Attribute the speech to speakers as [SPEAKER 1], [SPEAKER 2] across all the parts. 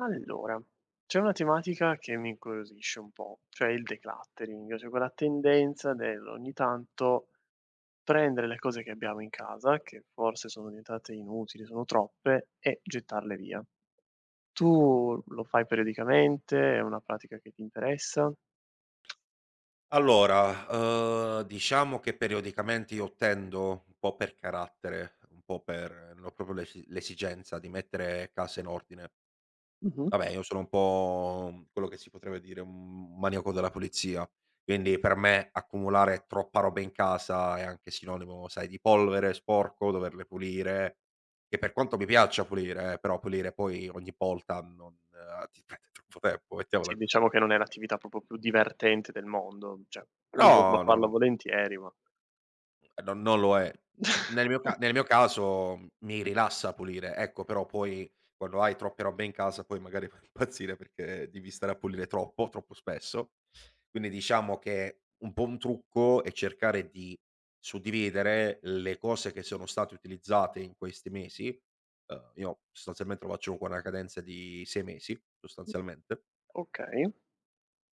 [SPEAKER 1] Allora, c'è una tematica che mi incuriosisce un po', cioè il decluttering, cioè quella tendenza del ogni tanto prendere le cose che abbiamo in casa, che forse sono diventate inutili, sono troppe, e gettarle via. Tu lo fai periodicamente? È una pratica che ti interessa?
[SPEAKER 2] Allora, diciamo che periodicamente io tendo, un po' per carattere, un po' per no proprio l'esigenza di mettere casa in ordine.
[SPEAKER 1] Mh-mh.
[SPEAKER 2] Vabbè, io sono un po', quello che si potrebbe dire un maniaco della pulizia, quindi per me accumulare troppa roba in casa è anche sinonimo, sai, di polvere, sporco, doverle pulire, che per quanto mi piaccia pulire però pulire poi ogni volta non ti prende troppo tempo,
[SPEAKER 1] Sì,
[SPEAKER 2] mettiamola
[SPEAKER 1] diciamo
[SPEAKER 2] così.
[SPEAKER 1] che non è l'attività proprio più divertente del mondo, cioè uno può
[SPEAKER 2] No, no,
[SPEAKER 1] farlo
[SPEAKER 2] no.
[SPEAKER 1] volentieri, ma
[SPEAKER 2] Non lo è. Nel mio caso mi rilassa pulire, ecco, però poi quando hai troppe robe in casa poi magari fai impazzire perché devi stare a pulire troppo, troppo spesso. Quindi diciamo che un po' un trucco è cercare di suddividere le cose che sono state utilizzate in questi mesi. Io sostanzialmente lo faccio con una cadenza di 6 mesi, sostanzialmente.
[SPEAKER 1] Okay,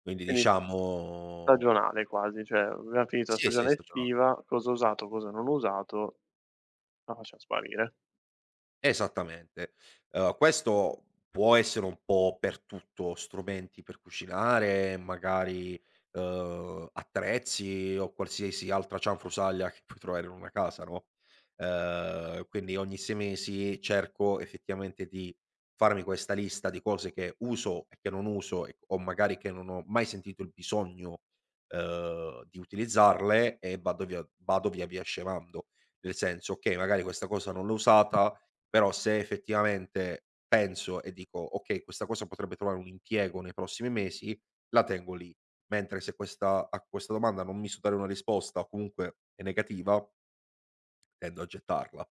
[SPEAKER 2] Quindi
[SPEAKER 1] quindi
[SPEAKER 2] diciamo
[SPEAKER 1] stagionale quasi, cioè abbiamo finito la
[SPEAKER 2] sì, sì,
[SPEAKER 1] stagione
[SPEAKER 2] sì.
[SPEAKER 1] estiva, cosa ho usato, cosa non ho usato, la facciamo sparire.
[SPEAKER 2] Esattamente. Questo può essere un po' per tutto, strumenti per cucinare, magari, attrezzi o qualsiasi altra cianfrusaglia che puoi trovare in una casa, no, quindi ogni 6 mesi cerco effettivamente di farmi questa lista di cose che uso e che non uso e o magari che non ho mai sentito il bisogno, di utilizzarle e vado via via scemando. Nel senso: okay, magari questa cosa non l'ho usata, però se effettivamente penso e dico: "Okay, questa cosa potrebbe trovare un impiego nei prossimi mesi", la tengo lì. Mentre se questa domanda non mi so dare una risposta o comunque è negativa, tendo a gettarla.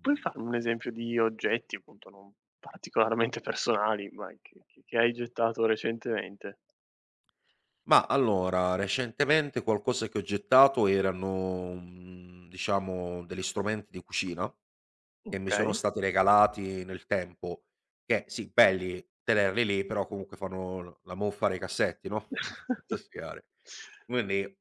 [SPEAKER 1] Puoi farmi un esempio di oggetti, appunto, non particolarmente personali, ma che hai gettato recentemente?
[SPEAKER 2] ma allora, recentemente qualcosa che ho gettato erano, diciamo degli strumenti di cucina che mi sono
[SPEAKER 1] Okay.
[SPEAKER 2] stati regalati nel tempo, che sì belli tenerli lì, però comunque fanno l la muffa nei cassetti, no, Fantasticare. Quindi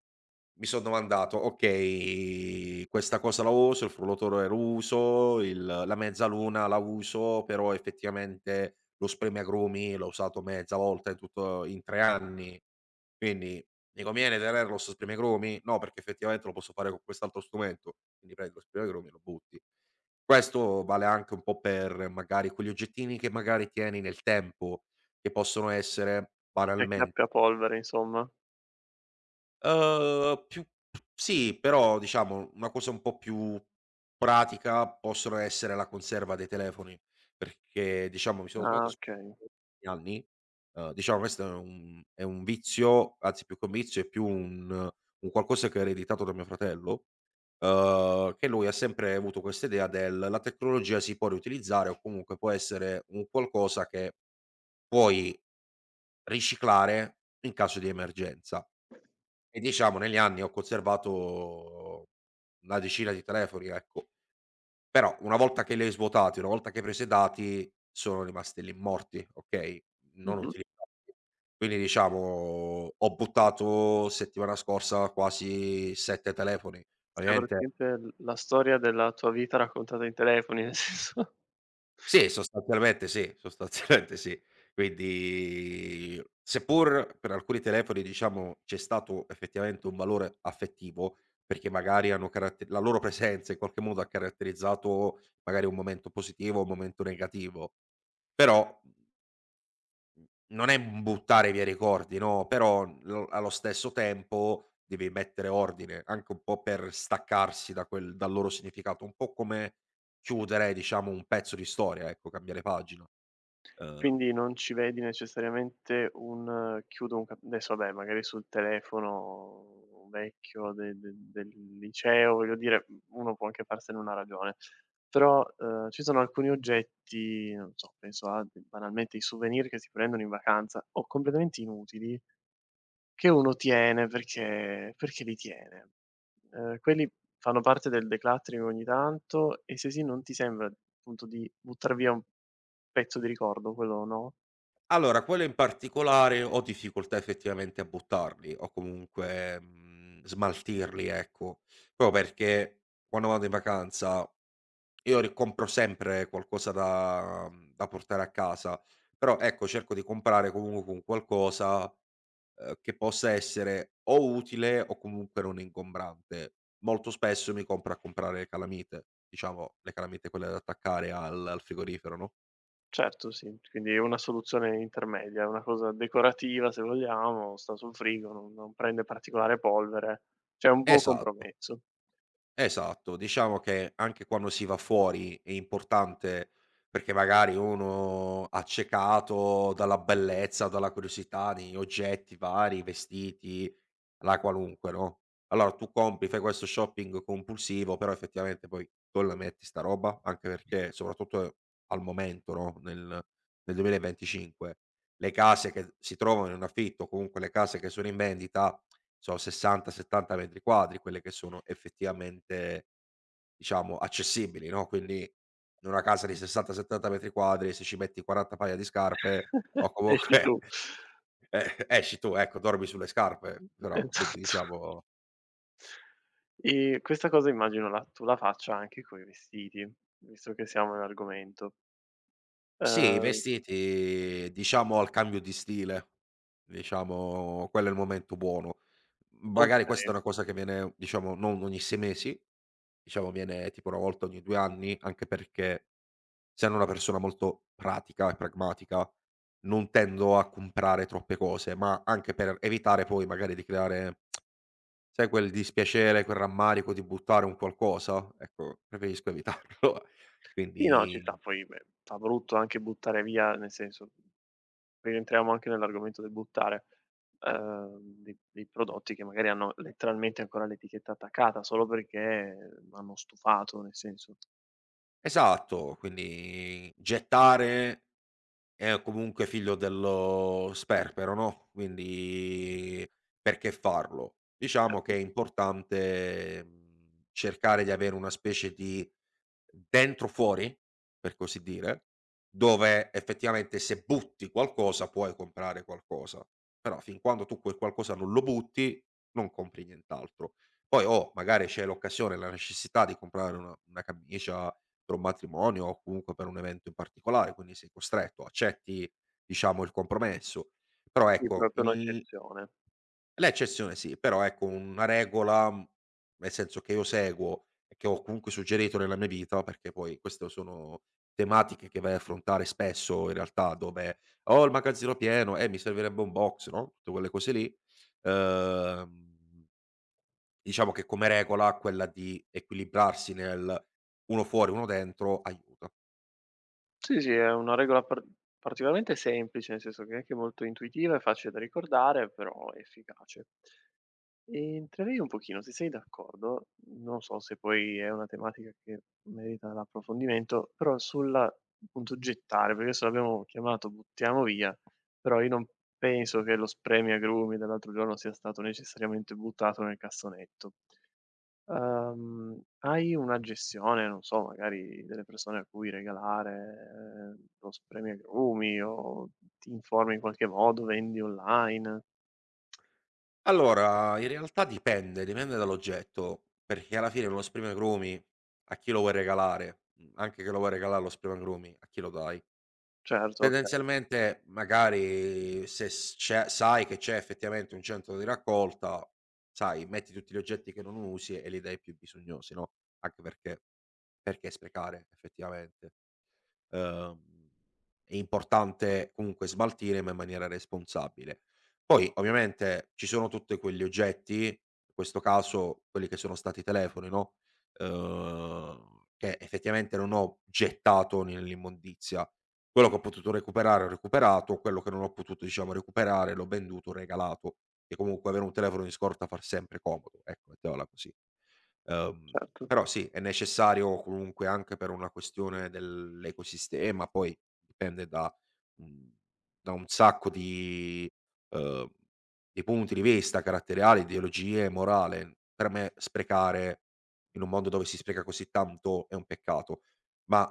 [SPEAKER 2] mi son domandato: "Okay, questa cosa la uso, il frullatore lo uso, il la mezzaluna la uso, però effettivamente lo spremiagrumi l'ho usato mezza volta in tutto in 3 anni, quindi mi conviene tenerlo 'sto spremiagrumi? No, perché effettivamente lo posso fare con quest'altro strumento, quindi prendi lo spremiagrumi e lo butti." Questo vale anche un po' per magari quegli oggettini che magari tieni nel tempo, che possono essere
[SPEAKER 1] Gli
[SPEAKER 2] banalmente
[SPEAKER 1] acchiappapolvere insomma.
[SPEAKER 2] Più sì, però diciamo una cosa un po' più pratica possono essere la conserva dei telefoni, perché diciamo mi sono
[SPEAKER 1] Ah,
[SPEAKER 2] trovato sp
[SPEAKER 1] okay.
[SPEAKER 2] negli anni, diciamo questo è un vizio, anzi più che un vizio è più un qualcosa che ho ereditato da mio fratello, che lui ha sempre avuto questa idea del: "La tecnologia si può riutilizzare o comunque può essere un qualcosa che puoi riciclare in caso di emergenza". E diciamo negli anni ho conservato una decina di telefoni, ecco. Però una volta che li hai svuotati, una volta che hai preso i dati, sono rimasti lì morti, okay, non
[SPEAKER 1] Mh-mh.
[SPEAKER 2] utilizzati. Quindi diciamo ho buttato settimana scorsa quasi 7 telefoni.
[SPEAKER 1] Cioè
[SPEAKER 2] Ovviamente
[SPEAKER 1] praticamente l la storia della tua vita raccontata in telefoni, nel senso
[SPEAKER 2] sì, sostanzialmente sì, sostanzialmente sì. Quindi, seppur per alcuni telefoni, diciamo, c'è stato effettivamente un valore affettivo, perché magari hanno caratte la loro presenza in qualche modo ha caratterizzato magari un momento positivo, un momento negativo, però, mhmm, non è un buttare via i ricordi, no, però lo allo stesso tempo devi mettere ordine, anche un po' per staccarsi da quel dal loro significato, un po' come chiudere, diciamo, un pezzo di storia, ecco, cambiare pagina. Ehm,
[SPEAKER 1] quindi non ci vedi necessariamente un chiudo un cap adesso, vabbè, magari sul telefono vecchio de del liceo, voglio dire, uno può anche farsene una ragione, però, ci sono alcuni oggetti, non so, penso a banalmente i souvenir che si prendono in vacanza o completamente inutili, che uno tiene perché li tiene. Quelli fanno parte del decluttering ogni tanto e se sì non ti sembra appunto di buttar via un pezzo di ricordo, quello no?
[SPEAKER 2] allora quello in particolare ho difficoltà effettivamente a buttarli o comunque, smaltirli, ecco. Proprio perché quando vado in vacanza io ri compro sempre qualcosa da da portare a casa, però ecco cerco di comprare comunque un qualcosa, che possa essere o utile o comunque non ingombrante. Molto spesso mi compro a comprare le calamite, diciamo le calamite quelle da attaccare al frigorifero, no?
[SPEAKER 1] Certo, sì. Quindi è una soluzione intermedia, è una cosa decorativa se vogliamo, sta sul frigo, non prende particolare polvere. Cioè, è un buon
[SPEAKER 2] Esatto.
[SPEAKER 1] compromesso.
[SPEAKER 2] Esatto, diciamo che anche quando si va fuori è importante perché magari uno accecato dalla bellezza, dalla curiosità di oggetti vari, vestiti, la qualunque, no, allora tu compri, fai questo shopping compulsivo, però effettivamente poi dove la metti 'sta roba? Anche perché soprattutto al momento, no, nel 2025 le case che si trovano in affitto, o comunque le case che sono in vendita, sono 60, 70 metri quadri, quelle che sono effettivamente, diciamo, accessibili, no, quindi in una casa di 60, 70 metri quadri, se ci metti 40 paia di scarpe o
[SPEAKER 1] Esci
[SPEAKER 2] comunque
[SPEAKER 1] tu.
[SPEAKER 2] esci tu, ecco, dormi sulle scarpe, però quindi
[SPEAKER 1] Esatto.
[SPEAKER 2] diciamo
[SPEAKER 1] E questa cosa immagino la faccia anche coi vestiti, visto che siamo in argomento.
[SPEAKER 2] sì, i
[SPEAKER 1] Ehm,
[SPEAKER 2] vestiti diciamo al cambio di stile, diciamo quello è il momento buono. Magari questa
[SPEAKER 1] okay.
[SPEAKER 2] è una cosa che viene, diciamo, non ogni 6 mesi, diciamo viene tipo una volta ogni 2 anni, anche perché essendo una persona molto pratica e pragmatica, non tendo a comprare troppe cose, ma anche per evitare poi magari di creare sai quel dispiacere, quel rammarico di buttare un qualcosa? Ecco, preferisco evitarlo.
[SPEAKER 1] Sì, no, ci sta.
[SPEAKER 2] Quindi
[SPEAKER 1] Poi, beh, fa brutto anche buttare via, nel senso rientriamo anche nell'argomento del buttare, dei prodotti che magari hanno letteralmente ancora l'etichetta attaccata, solo perché m'hanno stufato, nel senso.
[SPEAKER 2] esatto, quindi gettare è comunque figlio dello sperpero, no, quindi perché farlo? Diciamo che
[SPEAKER 1] Certo.
[SPEAKER 2] è importante, cercare di avere una specie di dentro fuori, per così dire, dove effettivamente se butti qualcosa puoi comprare qualcosa, però fin quando tu quel qualcosa non lo butti, non compri nient'altro. Poi, oh, magari c'è l'occasione, la necessità di comprare una camicia per un matrimonio o comunque per un evento in particolare, quindi sei costretto, accetti diciamo il compromesso. Però
[SPEAKER 1] Sì,
[SPEAKER 2] ecco,
[SPEAKER 1] proprio
[SPEAKER 2] in
[SPEAKER 1] un'eccezione.
[SPEAKER 2] l'eccezione sì, però ecco una regola, nel senso che io seguo e che ho comunque suggerito nella mia vita, perché poi queste sono tematiche che vai a affrontare spesso in realtà dove: "Ho il magazzino pieno, mi servirebbe un box", no, tutte quelle cose lì. Ehm, diciamo che come regola quella di equilibrarsi nel uno fuori, uno dentro aiuta.
[SPEAKER 1] Sì, sì, è una regola particolarmente semplice, nel senso che è anche molto intuitiva e facile da ricordare, però efficace. Entrerei un pochino, se sei d'accordo, non so se poi è una tematica che merita l'approfondimento, però sulla appunto gettare, perché adesso l'abbiamo chiamato "buttiamo via", però io non penso che lo spremiagrumi dell'altro giorno sia stato necessariamente buttato nel cassonetto. Hai una gestione, non so, magari delle persone a cui regalare, lo spremiagrumi o ti informi in qualche modo, vendi online?
[SPEAKER 2] Allora, in realtà dipende, dipende dall'oggetto, perché alla fine uno spremiagrumi a chi lo vuoi regalare, anche che lo vuoi regalare lo spremiagrumi, a chi lo dai?
[SPEAKER 1] Certo, okay,
[SPEAKER 2] Tendenzialmente magari se s c'è sai che c'è effettivamente un centro di raccolta, sai, metti tutti gli oggetti che non usi e li dai ai più bisognosi, no, anche perché sprecare effettivamente. Ehm, è importante comunque smaltire, ma in maniera responsabile. Poi ovviamente ci sono tutti quegli oggetti, in questo caso quelli che sono stati i telefoni, no, che effettivamente non ho gettato nell'immondizia. Quello che ho potuto recuperare ho recuperato, quello che non ho potuto diciamo recuperare l'ho venduto, regalato, che comunque avere un telefono in scorta fa sempre comodo, ecco, mettiamola così. Ehm,
[SPEAKER 1] certo.
[SPEAKER 2] Però sì, è necessario comunque anche per una questione dell'ecosistema, poi dipende mhmm, da un sacco di ehm, di punti di vista caratteriali, ideologie e morale. Per me sprecare in un mondo dove si spreca così tanto è un peccato, ma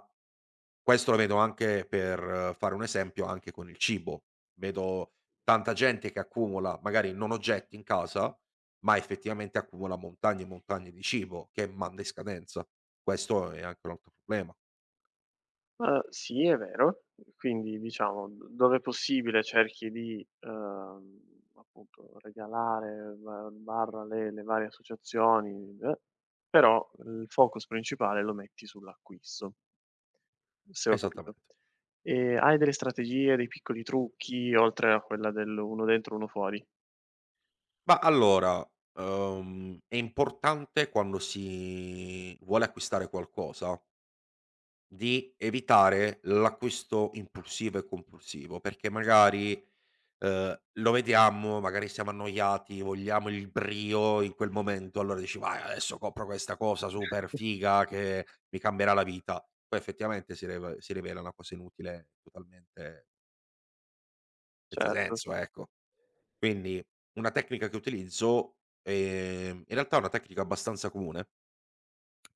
[SPEAKER 2] questo lo vedo anche per fare un esempio, anche con il cibo. Vedo tanta gente che accumula magari non oggetti in casa ma effettivamente accumula montagne e montagne di cibo che manda in scadenza. Questo è anche un altro problema.
[SPEAKER 1] Sì, è vero. Quindi diciamo, d dove possibile cerchi di, appunto regalare ba barra le varie associazioni, però il focus principale lo metti sull'acquisto. Se ho capito.
[SPEAKER 2] Esattamente.
[SPEAKER 1] E hai delle strategie, dei piccoli trucchi oltre a quella dell'1 dentro, 1 fuori?
[SPEAKER 2] Ma allora, è importante quando si vuole acquistare qualcosa di evitare l'acquisto impulsivo e compulsivo, perché magari, lo vediamo, magari siamo annoiati, vogliamo il brio in quel momento, allora dici: "Vai, adesso compro questa cosa super figa che mi cambierà la vita." Poi effettivamente si rivela una cosa inutile, totalmente senza
[SPEAKER 1] Certo.
[SPEAKER 2] senso, ecco. Quindi una tecnica che utilizzo, in realtà è una tecnica abbastanza comune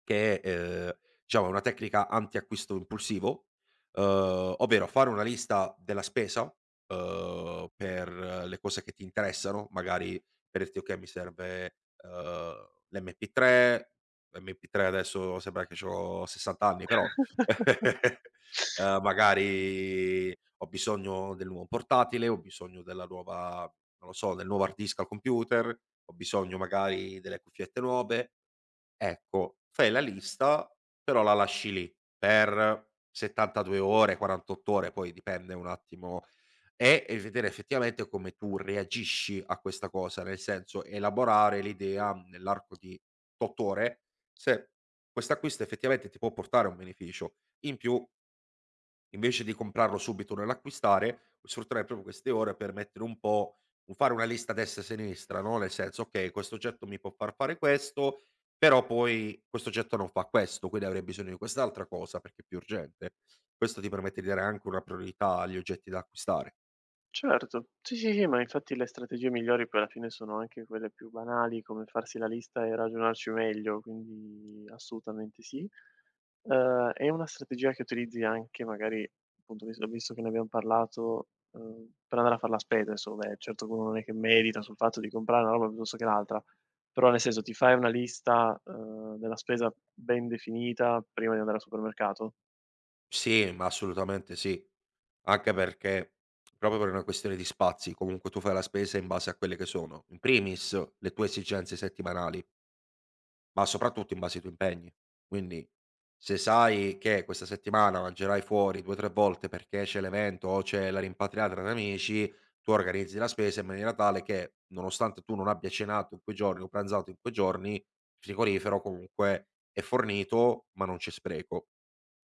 [SPEAKER 2] che è, diciamo è una tecnica anti-acquisto impulsivo, ovvero fare una lista della spesa, per le cose che ti interessano, magari per dirti: "Okay, mi serve, l'MP3", l'MP3 adesso sembra che c'ho 60 anni però, magari ho bisogno del nuovo portatile, ho bisogno della nuova non lo so, del nuovo hard disk al computer, ho bisogno magari delle cuffiette nuove. Ecco, fai la lista, però la lasci lì per 72 ore, 48 ore, poi dipende un attimo e vedere effettivamente come tu reagisci a questa cosa, nel senso elaborare l'idea nell'arco di 8 ore se quest'acquisto effettivamente ti può portare un beneficio. In più invece di comprarlo subito nell'acquistare, sfruttare proprio queste ore per mettere un po' un fare una lista a destra e a sinistra, no, nel senso: "Okay, questo oggetto mi può far fare questo, però poi questo oggetto non fa questo, quindi avrei bisogno di quest'altra cosa perché è più urgente." Questo ti permette di dare anche una priorità agli oggetti da acquistare.
[SPEAKER 1] Certo, sì, sì, sì, ma infatti le strategie migliori poi alla fine sono anche quelle più banali, come farsi la lista e ragionarci meglio, quindi assolutamente sì. È una strategia che utilizzi anche magari, appunto, visto che ne abbiamo parlato, per andare a far la spesa adesso, vabbè, certo che uno non è che medita sul fatto di comprare una roba piuttosto che l'altra, però nel senso ti fai una lista, della spesa ben definita prima di andare al supermercato?
[SPEAKER 2] Sì, ma assolutamente sì. Anche perché proprio per una questione di spazi, comunque tu fai la spesa in base a quelle che sono, in primis, le tue esigenze settimanali, ma soprattutto in base ai tuoi impegni. Quindi, se sai che questa settimana mangerai fuori 2, 3 volte perché c'è l'evento o c'è la rimpatriata tra amici, tu organizzi la spesa in maniera tale che, nonostante tu non abbia cenato in quei giorni o pranzato in quei giorni, il frigorifero comunque è fornito, ma non c'è spreco.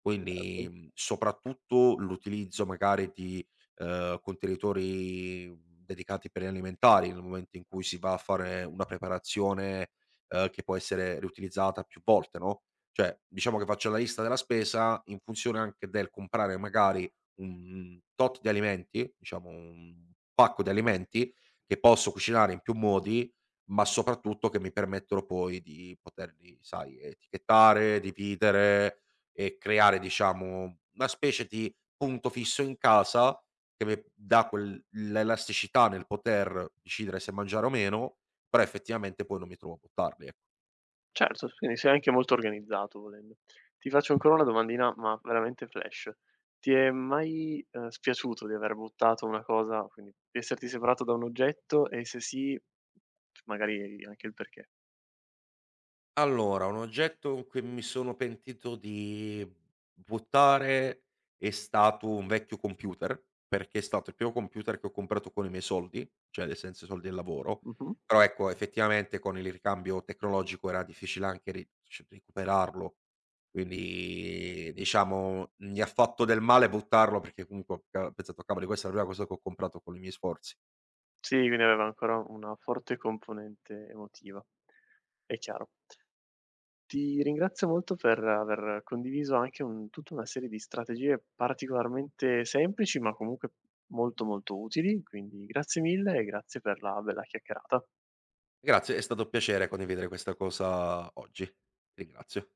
[SPEAKER 2] Quindi, soprattutto l'utilizzo magari di, contenitori dedicati per gli alimentari, nel momento in cui si va a fare una preparazione che può essere riutilizzata più volte, no, cioè diciamo che faccio la lista della spesa in funzione anche del comprare magari un tot di alimenti, diciamo un pacco di alimenti che posso cucinare in più modi, ma soprattutto che mi permettono poi di poterli, sai, etichettare, dividere e creare diciamo una specie di punto fisso in casa che mi dà quel l'elasticità nel poter decidere se mangiare o meno, però effettivamente poi non mi trovo a buttarli, ecco.
[SPEAKER 1] Certo, s quindi sei anche molto organizzato volendo. Ti faccio ancora una domandina, ma veramente flash. Ti è mai, spiaciuto di aver buttato una cosa, quindi di esserti separato da un oggetto, e se sì, magari anche il perché.
[SPEAKER 2] Allora, un oggetto in cui mi sono pentito di buttare è stato un vecchio computer, perché è stato il primo computer che ho comprato con i miei soldi, cioè nel senso i soldi del lavoro,
[SPEAKER 1] Mh-mh.
[SPEAKER 2] però ecco effettivamente con il ricambio tecnologico era difficile anche ri c recuperarlo, quindi diciamo mi ha fatto del male buttarlo perché comunque ho ca pensato: "Cavoli, questa è la prima cosa che ho comprato con i miei sforzi".
[SPEAKER 1] Sì, quindi aveva ancora una forte componente emotiva. È chiaro. Ti ringrazio molto per aver condiviso anche un tutta una serie di strategie particolarmente semplici, ma comunque molto, molto utili, quindi grazie mille e grazie per la bella chiacchierata.
[SPEAKER 2] Grazie, è stato un piacere condividere questa cosa oggi. Ti ringrazio.